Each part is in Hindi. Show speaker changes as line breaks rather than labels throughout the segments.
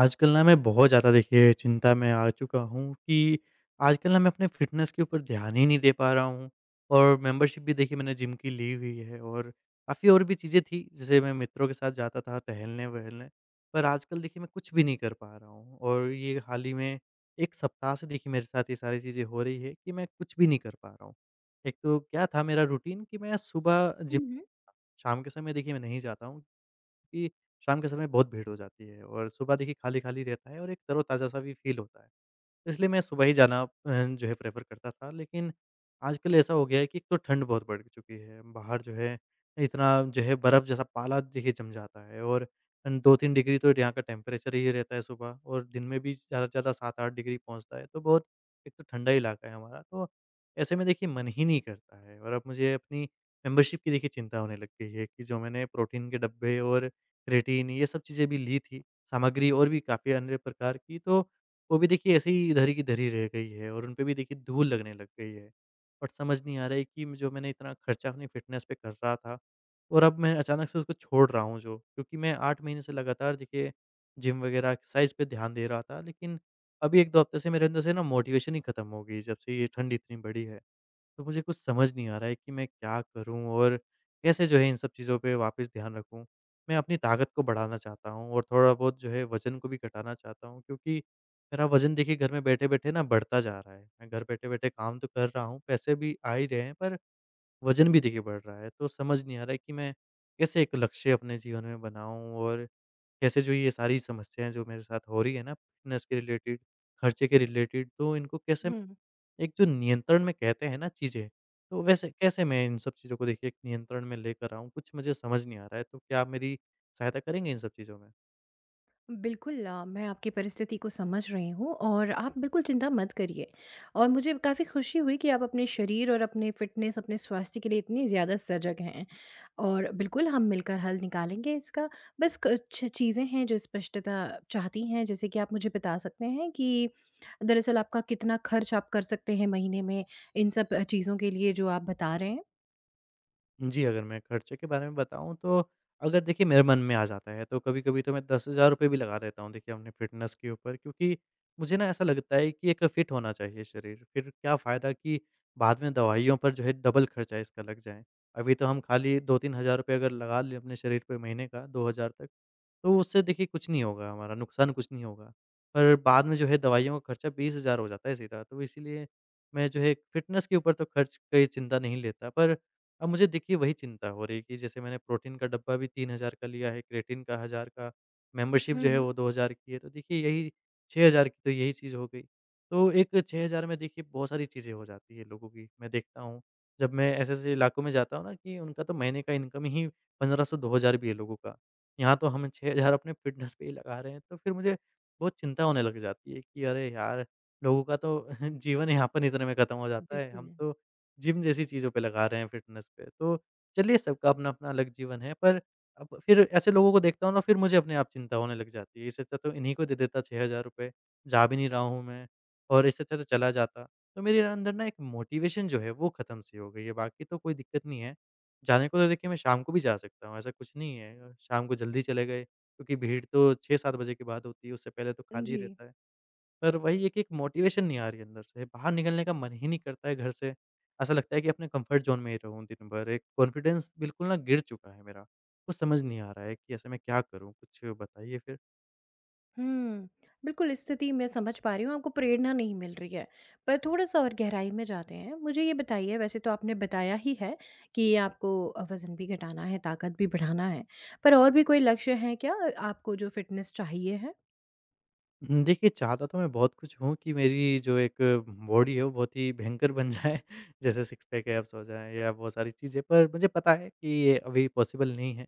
आजकल ना मैं बहुत ज़्यादा देखिए चिंता में आ चुका हूँ कि आजकल ना मैं अपने फ़िटनेस के ऊपर ध्यान ही नहीं दे पा रहा हूँ। और मेंबरशिप भी देखिए मैंने जिम की ली हुई है, और काफ़ी और भी चीज़ें थी, जैसे मैं मित्रों के साथ जाता था टहलने-वहलने, पर आजकल देखिए मैं कुछ भी नहीं कर पा रहा हूँ, और ये हाल ही में 1 सप्ताह से देखिए मेरे साथ ये सारी चीज़ें हो रही है कि मैं कुछ भी नहीं कर पा रहा हूँ। एक तो क्या था मेरा रूटीन कि मैं सुबह
हुँ,
जिम,
हुँ।
शाम के समय देखिए मैं नहीं जाता हूँ, क्योंकि शाम के समय बहुत भीड़ हो जाती है, और सुबह देखिए खाली-खाली रहता है, और एक तरोताज़ा-सा भी फ़ील होता है। इसलिए मैं सुबह ही जाना जो है प्रेफ़र करता था। लेकिन आजकल ऐसा हो गया है कि एक तो ठंड बहुत बढ़ चुकी है। बाहर जो है इतना, जो है बर्फ़ जैसा पाला देखिए जम जाता है, और 2-3 डिग्री तो यहाँ का टेम्परेचर ही रहता है सुबह, और दिन में भी ज़्यादा से ज़्यादा 7-8 डिग्री पहुँचता है। तो बहुत, एक तो ठंडा इलाका है हमारा, तो ऐसे में देखिए मन ही नहीं करता है। और अब मुझे अपनी मेंबरशिप की देखिए चिंता होने लग गई है, कि जो मैंने प्रोटीन के डब्बे और क्रेटीन ये सब चीज़ें भी ली थी, सामग्री और भी काफ़ी अन्य प्रकार की, तो वो भी देखिए ऐसे ही धरी की धरी रह गई है, और उन पे भी देखिए धूल लगने लग गई है। और समझ नहीं आ रहा है कि जो मैंने इतना खर्चा अपनी फ़िटनेस पे कर रहा था, और अब मैं अचानक से उसको छोड़ रहा हूँ जो, क्योंकि मैं 8 महीने से लगातार देखिए जिम वग़ैरह एक्सरसाइज़ पे ध्यान दे रहा था। लेकिन अभी 1-2 हफ़्ते से मेरे अंदर से ना मोटिवेशन ही ख़त्म हो गई, जब से ये ठंड इतनी बढ़ी है। तो मुझे कुछ समझ नहीं आ रहा है कि मैं क्या करूँ, और कैसे जो है इन सब चीज़ों पे वापस ध्यान रखूँ। मैं अपनी ताकत को बढ़ाना चाहता हूँ, और थोड़ा-बहुत जो है वज़न को भी घटाना चाहता हूँ, क्योंकि मेरा वज़न देखिए घर में बैठे-बैठे ना बढ़ता जा रहा है। मैं घर बैठे-बैठे काम तो कर रहा हूँ, पैसे भी आ ही रहे हैं, पर वज़न भी देखिए बढ़ रहा है। तो समझ नहीं आ रहा है कि मैं कैसे एक लक्ष्य अपने जीवन में बनाऊँ, और कैसे जो ये सारी समस्याएँ जो मेरे साथ हो रही है ना, फ़िटनेस के रिलेटेड, खर्चे के रिलेटेड, तो इनको कैसे,
हुँ।
एक जो नियंत्रण में कहते हैं ना चीज़ें, तो वैसे कैसे मैं इन सब चीज़ों को देखिए एक नियंत्रण में लेकर आऊँ? कुछ मुझे समझ नहीं आ रहा है, तो क्या आप मेरी सहायता करेंगे इन सब चीज़ों में?
बिल्कुल, मैं आपकी परिस्थिति को समझ रही हूँ और आप बिल्कुल चिंता मत करिए। और मुझे काफ़ी खुशी हुई कि आप अपने शरीर और अपने फ़िटनेस, अपने स्वास्थ्य के लिए इतनी ज़्यादा सजग हैं और बिल्कुल हम मिलकर हल निकालेंगे इसका। बस कुछ चीज़ें हैं जो स्पष्टता चाहती हैं, जैसे कि आप मुझे बता सकते हैं कि दरअसल आपका कितना खर्च आप कर सकते हैं महीने में इन सब चीज़ों के लिए जो आप बता रहे हैं?
जी, अगर मैं खर्चे के बारे में बताऊँ तो, अगर देखिए मेरे मन में आ जाता है तो कभी-कभी तो मैं ₹10,000 भी लगा देता हूँ देखिए अपने फ़िटनेस के ऊपर, क्योंकि मुझे ना ऐसा लगता है कि एक फ़िट होना चाहिए शरीर। फिर क्या फ़ायदा कि बाद में दवाइयों पर जो है डबल खर्चा इसका लग जाए। अभी तो हम खाली 2-3,000 रुपए अगर लगा लें अपने शरीर पे, महीने का 2,000 तक, तो उससे देखिए कुछ नहीं होगा हमारा, नुकसान कुछ नहीं होगा। पर बाद में जो है दवाइयों का खर्चा 20,000 हो जाता है सीधा। तो इसीलिए मैं जो है फ़िटनेस के ऊपर तो खर्च की चिंता नहीं लेता, पर अब मुझे देखिए वही चिंता हो रही है कि जैसे मैंने प्रोटीन का डब्बा भी 3,000 का लिया है, क्रेटिन का 1,000 का, मेंबरशिप
हुँ,
जो है
हुँ।
वो 2,000 की है, तो देखिए यही 6,000 की, तो यही चीज़ हो गई। तो एक 6,000 में देखिए बहुत सारी चीज़ें हो जाती है लोगों की, मैं देखता हूँ। जब मैं ऐसे-ऐसे इलाकों में जाता हूँ ना, कि उनका तो महीने का इनकम ही 15 से 2,000 भी है लोगों का। यहाँ तो हम 6,000 अपने फिटनेस पे ही लगा रहे हैं, तो फिर मुझे बहुत चिंता होने लग जाती है कि अरे यार! लोगों का तो जीवन यापन इतने में खत्म हो जाता है, हम
बिल्कुल।
तो जिम जैसी चीज़ों पे लगा रहे हैं फ़िटनेस पे। तो चलिए, सबका अपना-अपना अलग जीवन है, पर अब फिर ऐसे लोगों को देखता हूँ ना, फिर मुझे अपने आप चिंता होने लग जाती है। इससे अच्छा तो इन्हीं को दे देता ₹6,000, जा भी नहीं रहा हूँ मैं, और इससे अच्छा तो चला जाता। तो मेरे अंदर ना एक मोटिवेशन जो है वो ख़त्म सी हो गई है, बाकी तो कोई दिक्कत नहीं है। जाने को तो देखिए मैं शाम को भी जा सकता हूँ, ऐसा कुछ नहीं है। शाम को जल्दी चले गए, क्योंकि भीड़ तो 6-7 बजे के बाद होती है, उससे पहले तो खाली
जी।
रहता है। पर वही है कि एक मोटिवेशन नहीं आ रही है अंदर से, बाहर निकलने का मन ही नहीं करता है घर से। ऐसा लगता है कि अपने कम्फ़र्ट ज़ोन में ही रहूँ दिन भर, एक कॉन्फिडेंस बिल्कुल ना गिर चुका है मेरा। कुछ समझ नहीं आ रहा है कि ऐसे मैं क्या करूँ? कुछ बताइए फिर।
हुँ। बिल्कुल, इस स्थिति मैं समझ पा रही हूँ, आपको प्रेरणा नहीं मिल रही है। पर थोड़ा-सा और गहराई में जाते हैं, मुझे ये बताइए। वैसे तो आपने बताया ही है कि आपको वज़न भी घटाना है, ताकत भी बढ़ाना है। पर और भी कोई लक्ष्य हैं क्या आपको जो फ़िटनेस चाहिए है?
हुँ, देखिए चाहता तो मैं बहुत कुछ हूँ कि मेरी जो एक बॉडी है वो बहुत ही भयंकर बन जाए, जैसे सिक्स पैक, एब्स हो जाएँ या बहुत सारी चीज़ें, पर मुझे पता है कि ये अभी पॉसिबल नहीं है।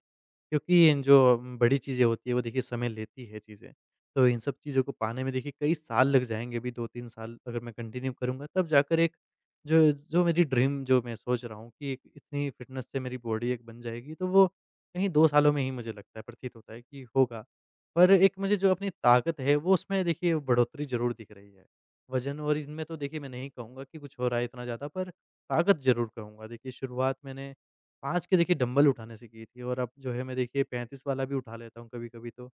क्योंकि इन जो बड़ी चीज़ें होती है वो देखिए समय लेती है चीज़ें। तो इन सब चीज़ों को पाने में देखिए कई साल लग जाएँगे, अभी 2-3 साल अगर मैं कंटिन्यू करूँगा, तब जाकर एक जो जो मेरी ड्रीम जो मैं सोच रहा हूँ कि एक इतनी फ़िटनेस से मेरी बॉडी एक बन जाएगी, तो वो कहीं 2 सालों में ही मुझे लगता है, प्रतीत होता है कि होगा। पर एक मुझे जो अपनी ताकत है वो उसमें देखिए बढ़ोतरी ज़रूर दिख रही है। वज़न और इनमें तो देखिए मैं नहीं कहूँगा कि कुछ हो रहा है इतना ज़्यादा, पर ताकत ज़रूर कहूँगा। देखिए शुरुआत मैंने 5 के देखिए डंबल उठाने से की थी, और अब जो है मैं देखिए 35 वाला भी उठा लेता हूँ कभी-कभी तो।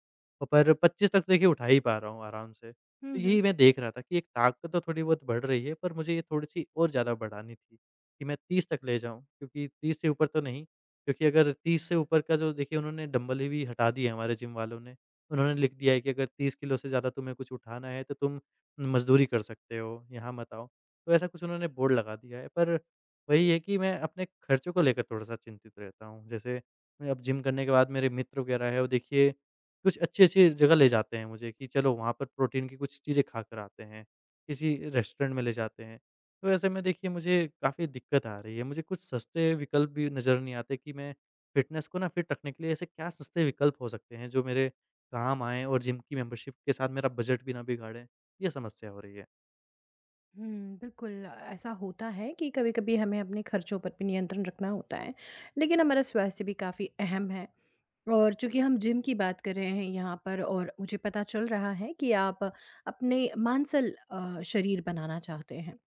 और पर 25 तक तो देखिए उठा ही पा रहा हूँ आराम से।
हुँ,
तो
हुँ।
यही मैं देख रहा था कि एक ताकत तो थोड़ी बहुत बढ़ रही है, पर मुझे ये थोड़ी-सी और ज़्यादा बढ़ानी थी, कि मैं 30 तक ले जाऊँ, क्योंकि 30 से ऊपर तो नहीं, क्योंकि अगर 30 से ऊपर का, जो देखिए उन्होंने डंबल ही भी हटा दिए हमारे जिम वालों ने। उन्होंने लिख दिया है कि अगर 30 किलो से ज़्यादा तुम्हें कुछ उठाना है तो तुम मज़दूरी कर सकते हो, यहाँ मत आओ। तो ऐसा कुछ उन्होंने बोर्ड लगा दिया है, पर वही है कि मैं अपने खर्चों को लेकर थोड़ा-सा चिंतित रहता हूँ। जैसे मैं अब जिम करने के बाद मेरे मित्र वगैरह हैं, वो देखिए कुछ अच्छी-अच्छी जगह ले जाते हैं मुझे कि चलो, वहाँ पर प्रोटीन की कुछ चीज़ें खाकर आते हैं, किसी रेस्टोरेंट में ले जाते हैं। तो ऐसे में देखिए मुझे काफ़ी दिक्कत आ रही है, मुझे कुछ सस्ते विकल्प भी नज़र नहीं आते कि मैं फ़िटनेस को ना फ़िट रखने के लिए ऐसे क्या सस्ते विकल्प हो सकते हैं, जो मेरे काम आएँ, और जिम की मेंबरशिप के साथ मेरा बजट भी ना बिगाड़े, ये समस्या हो रही है।
हुँ, बिल्कुल, ऐसा होता है कि कभी-कभी हमें अपने खर्चों पर भी नियंत्रण रखना होता है, लेकिन हमारा स्वास्थ्य भी काफ़ी अहम है। और चूँकि हम जिम की बात कर रहे हैं यहाँ पर, और मुझे पता चल रहा है कि आप अपने मांसल शरीर बनाना चाहते हैं।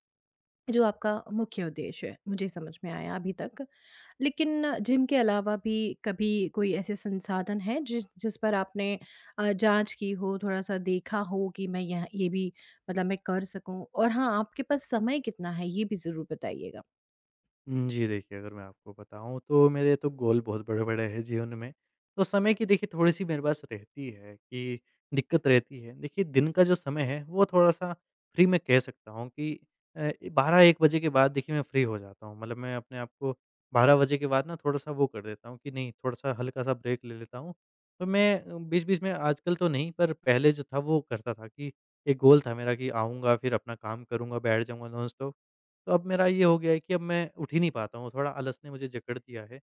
जो आपका मुख्य उद्देश्य है, मुझे समझ में आया अभी तक। लेकिन जिम के अलावा भी कभी कोई ऐसे संसाधन हैं जिस जिस पर आपने जाँच की हो, थोड़ा-सा देखा हो कि मैं यह ये भी, मतलब मैं कर सकूँ? और हाँ, आपके पास समय कितना है ये भी ज़रूर बताइएगा।
जी, देखिए अगर मैं आपको बताऊँ तो मेरे तो गोल बहुत बड़े-बड़े हैं जीवन में। तो समय की देखिए थोड़ी-सी मेरे पास रहती है कि दिक्कत रहती है। देखिए दिन का जो समय है वो थोड़ा-सा फ्री मैं कह सकता हूँ कि 12-1 बजे के बाद देखिए मैं फ्री हो जाता हूँ। मतलब मैं अपने आप को 12 बजे के बाद ना थोड़ा-सा वो कर देता हूँ कि नहीं, थोड़ा-सा हल्का-सा ब्रेक ले लेता हूँ। तो मैं बीच-बीच में आजकल तो नहीं, पर पहले जो था वो करता था, कि एक गोल था मेरा कि आऊँगा फिर अपना काम करूँगा, बैठ जाऊँगा नॉनस्टॉप। तो अब मेरा ये हो गया है कि अब मैं उठ ही नहीं पाता हूँ, थोड़ा आलस ने मुझे जकड़ दिया है।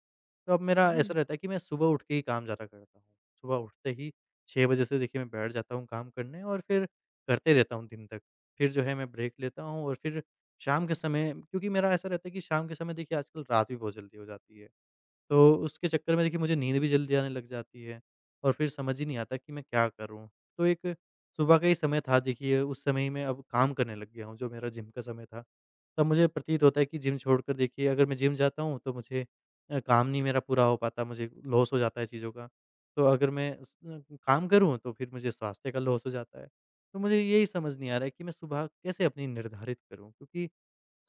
तो अब मेरा ऐसा रहता है कि मैं सुबह उठ के ही काम ज़्यादा करता हूँ। सुबह उठते ही 6 बजे से देखिए मैं बैठ जाता हूँ काम करने, और फिर करते रहता हूँ दिन तक। फिर जो है मैं ब्रेक लेता हूँ, और फिर शाम के समय, क्योंकि मेरा ऐसा रहता है कि शाम के समय देखिए आजकल रात भी बहुत जल्दी हो जाती है। तो उसके चक्कर में देखिए मुझे नींद भी जल्दी आने लग जाती है, और फिर समझ ही नहीं आता कि मैं क्या करूँ? तो एक सुबह का ही समय था देखिए, उस समय ही मैं अब काम करने लग गया हूँ, जो मेरा जिम का समय था। तब मुझे प्रतीत होता है कि जिम छोड़कर देखिए अगर मैं जिम जाता हूँ तो मुझे काम नहीं मेरा पूरा हो पाता, मुझे लॉस हो जाता है चीज़ों का। तो अगर मैं काम करूँ तो फिर मुझे स्वास्थ्य का लॉस हो जाता है। तो मुझे यही समझ नहीं आ रहा है कि मैं सुबह कैसे अपनी निर्धारित करूँ? क्योंकि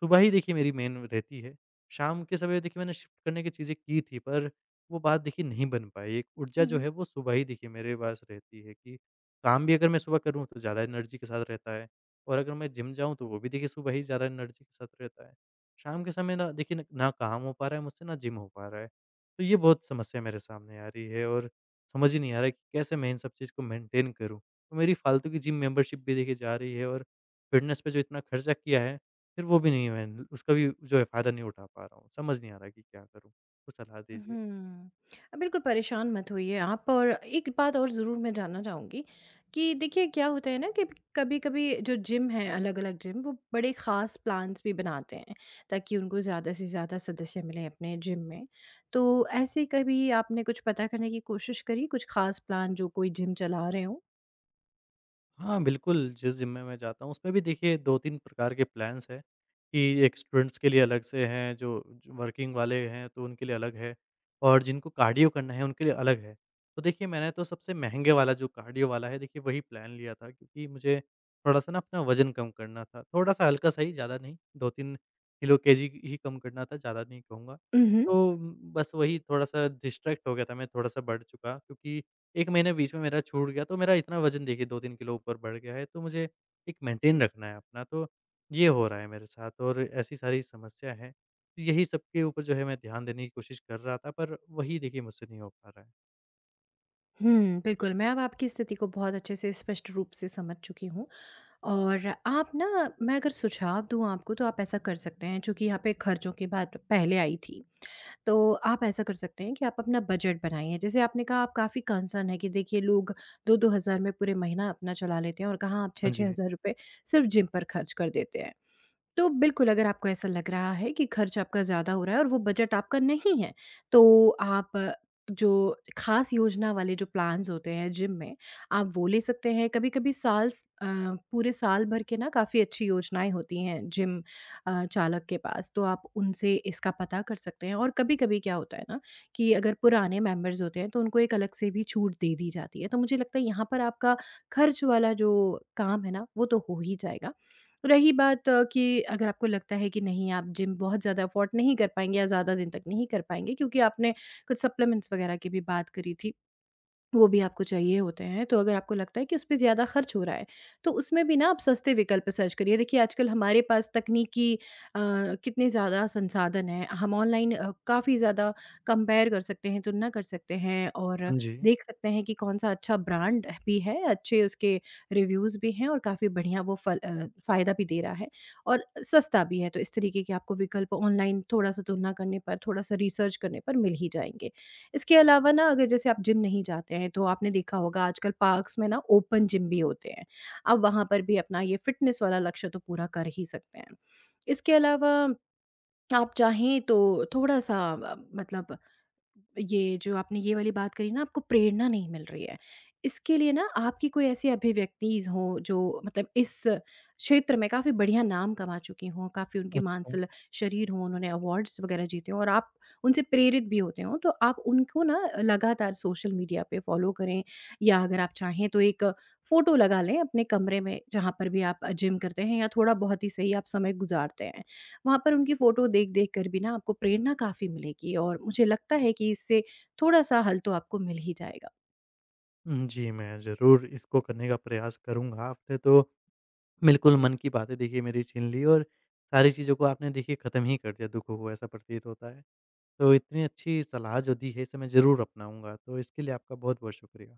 सुबह ही देखिए मेरी मेन रहती है। शाम के समय देखिए मैंने शिफ्ट करने की चीज़ें की थी, पर वो बात देखिए नहीं बन पाई। एक ऊर्जा जो
हुँ।
है वो सुबह ही देखिए मेरे पास रहती है कि काम भी अगर मैं सुबह करूँ तो ज़्यादा एनर्जी के साथ रहता है, और अगर मैं जिम जाऊँ तो वो भी देखिए सुबह ही ज़्यादा एनर्जी के साथ रहता है। शाम के समय ना देखिए, न ना काम हो पा रहा है मुझसे, ना जिम हो पा रहा है। तो ये बहुत समस्या मेरे सामने आ रही है, और समझ ही नहीं आ रहा है कि कैसे मैं इन सब चीज़ को मेंटेन करूँ? तो मेरी फालतू की जिम मेंबरशिप भी देखिए जा रही है, और फिटनेस पे जो इतना खर्चा किया है, फिर वो भी नहीं, मैं उसका भी जो है फ़ायदा नहीं उठा पा रहा हूँ। समझ नहीं आ रहा कि क्या करूँ? कुछ सलाह दीजिए।
हुँ। बिल्कुल परेशान मत होइए आप, और एक बात और ज़रूर मैं जानना चाहूँगी कि देखिए क्या होता है ना, कि कभी-कभी जो जिम है, अलग-अलग जिम, वो बड़े ख़ास प्लान्स भी बनाते हैं, ताकि उनको ज़्यादा से ज़्यादा सदस्य मिलें अपने जिम में। तो ऐसे कभी आपने कुछ पता करने की कोशिश करी, कुछ ख़ास प्लान जो कोई जिम चला रहे हों?
हाँ, बिल्कुल, जिस जिम में मैं जाता हूँ उसमें भी देखिए 2-3 प्रकार के प्लान्स हैं, कि एक स्टूडेंट्स के लिए अलग से हैं, जो जो वर्किंग वाले हैं तो उनके लिए अलग है, और जिनको कार्डियो करना है उनके लिए अलग है। तो देखिए मैंने तो सबसे महँगे वाला, जो कार्डियो वाला है देखिए, वही प्लान लिया था, क्योंकि मुझे थोड़ा-सा ना अपना वज़न कम करना था, थोड़ा-सा हल्का-सा ही, ज़्यादा नहीं, 2-3 किलो केजी ही कम करना था, ज़्यादा नहीं कहूँगा।
उहुँ।
तो बस वही, थोड़ा-सा डिस्ट्रैक्ट हो गया था मैं, थोड़ा-सा बढ़ चुका, क्योंकि 1 महीने बीच में मेरा छूट गया, तो मेरा इतना वज़न देखिए 2-3 किलो ऊपर बढ़ गया है, तो मुझे एक मेंटेन रखना है अपना, तो ये हो रहा है मेरे साथ, और ऐसी सारी समस्या है। तो यही सब के ऊपर जो है मैं ध्यान देने की कोशिश कर रहा था, पर वही देखिए मुझसे नहीं हो पा रहा है।
हुँ, बिल्कुल मैं अब आपकी स्थिति को बहुत अच्छे से, स्पष्ट रूप से समझ चुकी हूँ। और आप ना, मैं अगर सुझाव दूँ आपको, तो आप ऐसा कर सकते हैं, चूँकि यहाँ पे खर्चों की बात पहले आई थी। तो आप ऐसा कर सकते हैं कि आप अपना बजट बनाइए। जैसे आपने कहा, आप काफ़ी कंसर्न है कि देखिए लोग 2-2 हज़ार में पूरे महीना अपना चला लेते हैं और कहाँ आप
हाँ
6-6
जी,
हज़ार रुपए सिर्फ़ जिम पर खर्च कर देते हैं। तो बिल्कुल, अगर आपको ऐसा लग रहा है कि खर्च आपका ज़्यादा हो रहा है और वो बजट आपका नहीं है, तो आप जो ख़ास योजना वाले जो प्लान्स होते हैं जिम में, आप वो ले सकते हैं। कभी-कभी साल पूरे साल भर के ना काफ़ी अच्छी योजनाएँ होती हैं जिम चालक के पास, तो आप उनसे इसका पता कर सकते हैं। और कभी-कभी क्या होता है ना, कि अगर पुराने मेंबर्स होते हैं, तो उनको एक अलग से भी छूट दे दी जाती है। तो मुझे लगता है यहाँ पर आपका खर्च वाला जो काम है ना, वो तो हो ही जाएगा। रही बात कि अगर आपको लगता है कि नहीं, आप जिम बहुत ज़्यादा अफ़ोर्ड नहीं कर पाएँगे या ज़्यादा दिन तक नहीं कर पाएँगे, क्योंकि आपने कुछ सप्लीमेंट्स वग़ैरह की भी बात करी थी। वो भी आपको चाहिए होते हैं, तो अगर आपको लगता है कि उसपे ज़्यादा खर्च हो रहा है, तो उसमें भी ना आप सस्ते विकल्प सर्च करिए। देखिए, आजकल हमारे पास तकनीकी अ, कितने ज़्यादा संसाधन हैं। हम ऑनलाइन काफ़ी ज़्यादा कंपेयर कर सकते हैं, तुलना कर सकते हैं और
हाँ जी,
देख सकते हैं कि कौन-सा अच्छा ब्रांड भी है, अच्छे उसके रिव्यूज़ भी हैं और काफ़ी बढ़िया वो फ़ायदा भी दे रहा है और सस्ता भी है। तो इस तरीके के आपको विकल्प ऑनलाइन थोड़ा-सा तुलना करने पर, थोड़ा-सा रिसर्च करने पर मिल ही जाएँगे। इसके अलावा ना, अगर जैसे आप जिम नहीं जाते हैं, तो आपने देखा होगा आजकल पार्क्स में ना ओपन जिम भी होते हैं। आप वहाँ पर भी अपना ये फ़िटनेस वाला लक्ष्य तो पूरा कर ही सकते हैं। इसके अलावा आप चाहें तो थोड़ा-सा मतलब, ये जो आपने ये वाली बात करी ना, आपको प्रेरणा नहीं मिल रही है। इसके लिए ना, आपकी कोई ऐसी अभिव्यक्तिज़ हो जो, मतलब, इस क्षेत्र में काफ़ी बढ़िया नाम कमा चुकी हों, काफ़ी उनकी
अच्छा।
मांसल शरीर हो, उन्होंने अवार्ड्स वग़ैरह जीते हों और आप उनसे प्रेरित भी होते हों, तो आप उनको ना लगातार सोशल मीडिया पे फ़ॉलो करें, या अगर आप चाहें तो एक फ़ोटो लगा लें अपने कमरे में, जहाँ पर भी आप जिम करते हैं या थोड़ा बहुत ही सही आप समय गुज़ारते हैं। वहाँ पर उनकी फ़ोटो देख-देख कर भी ना, आपको प्रेरणा काफ़ी मिलेगी और मुझे लगता है कि इससे थोड़ा-सा हल तो आपको मिल ही जाएगा।
जी, मैं ज़रूर इसको करने का प्रयास करूँगा, आपने तो बिल्कुल मन की बातें देखिए मेरी छीन ली, और सारी चीज़ों को आपने देखिए ख़त्म ही कर दिया दुखों को, ऐसा प्रतीत होता है। तो इतनी अच्छी सलाह जो दी है, इसे मैं ज़रूर अपनाऊँगा, तो इसके लिए आपका बहुत-बहुत शुक्रिया।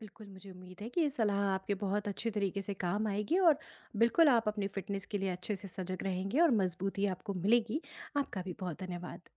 बिल्कुल, मुझे उम्मीद है कि ये सलाह आपके बहुत अच्छे तरीके से काम आएगी और बिल्कुल आप अपनी फ़िटनेस के लिए अच्छे से सजग रहेंगे और मज़बूती आपको मिलेगी। आपका भी बहुत धन्यवाद।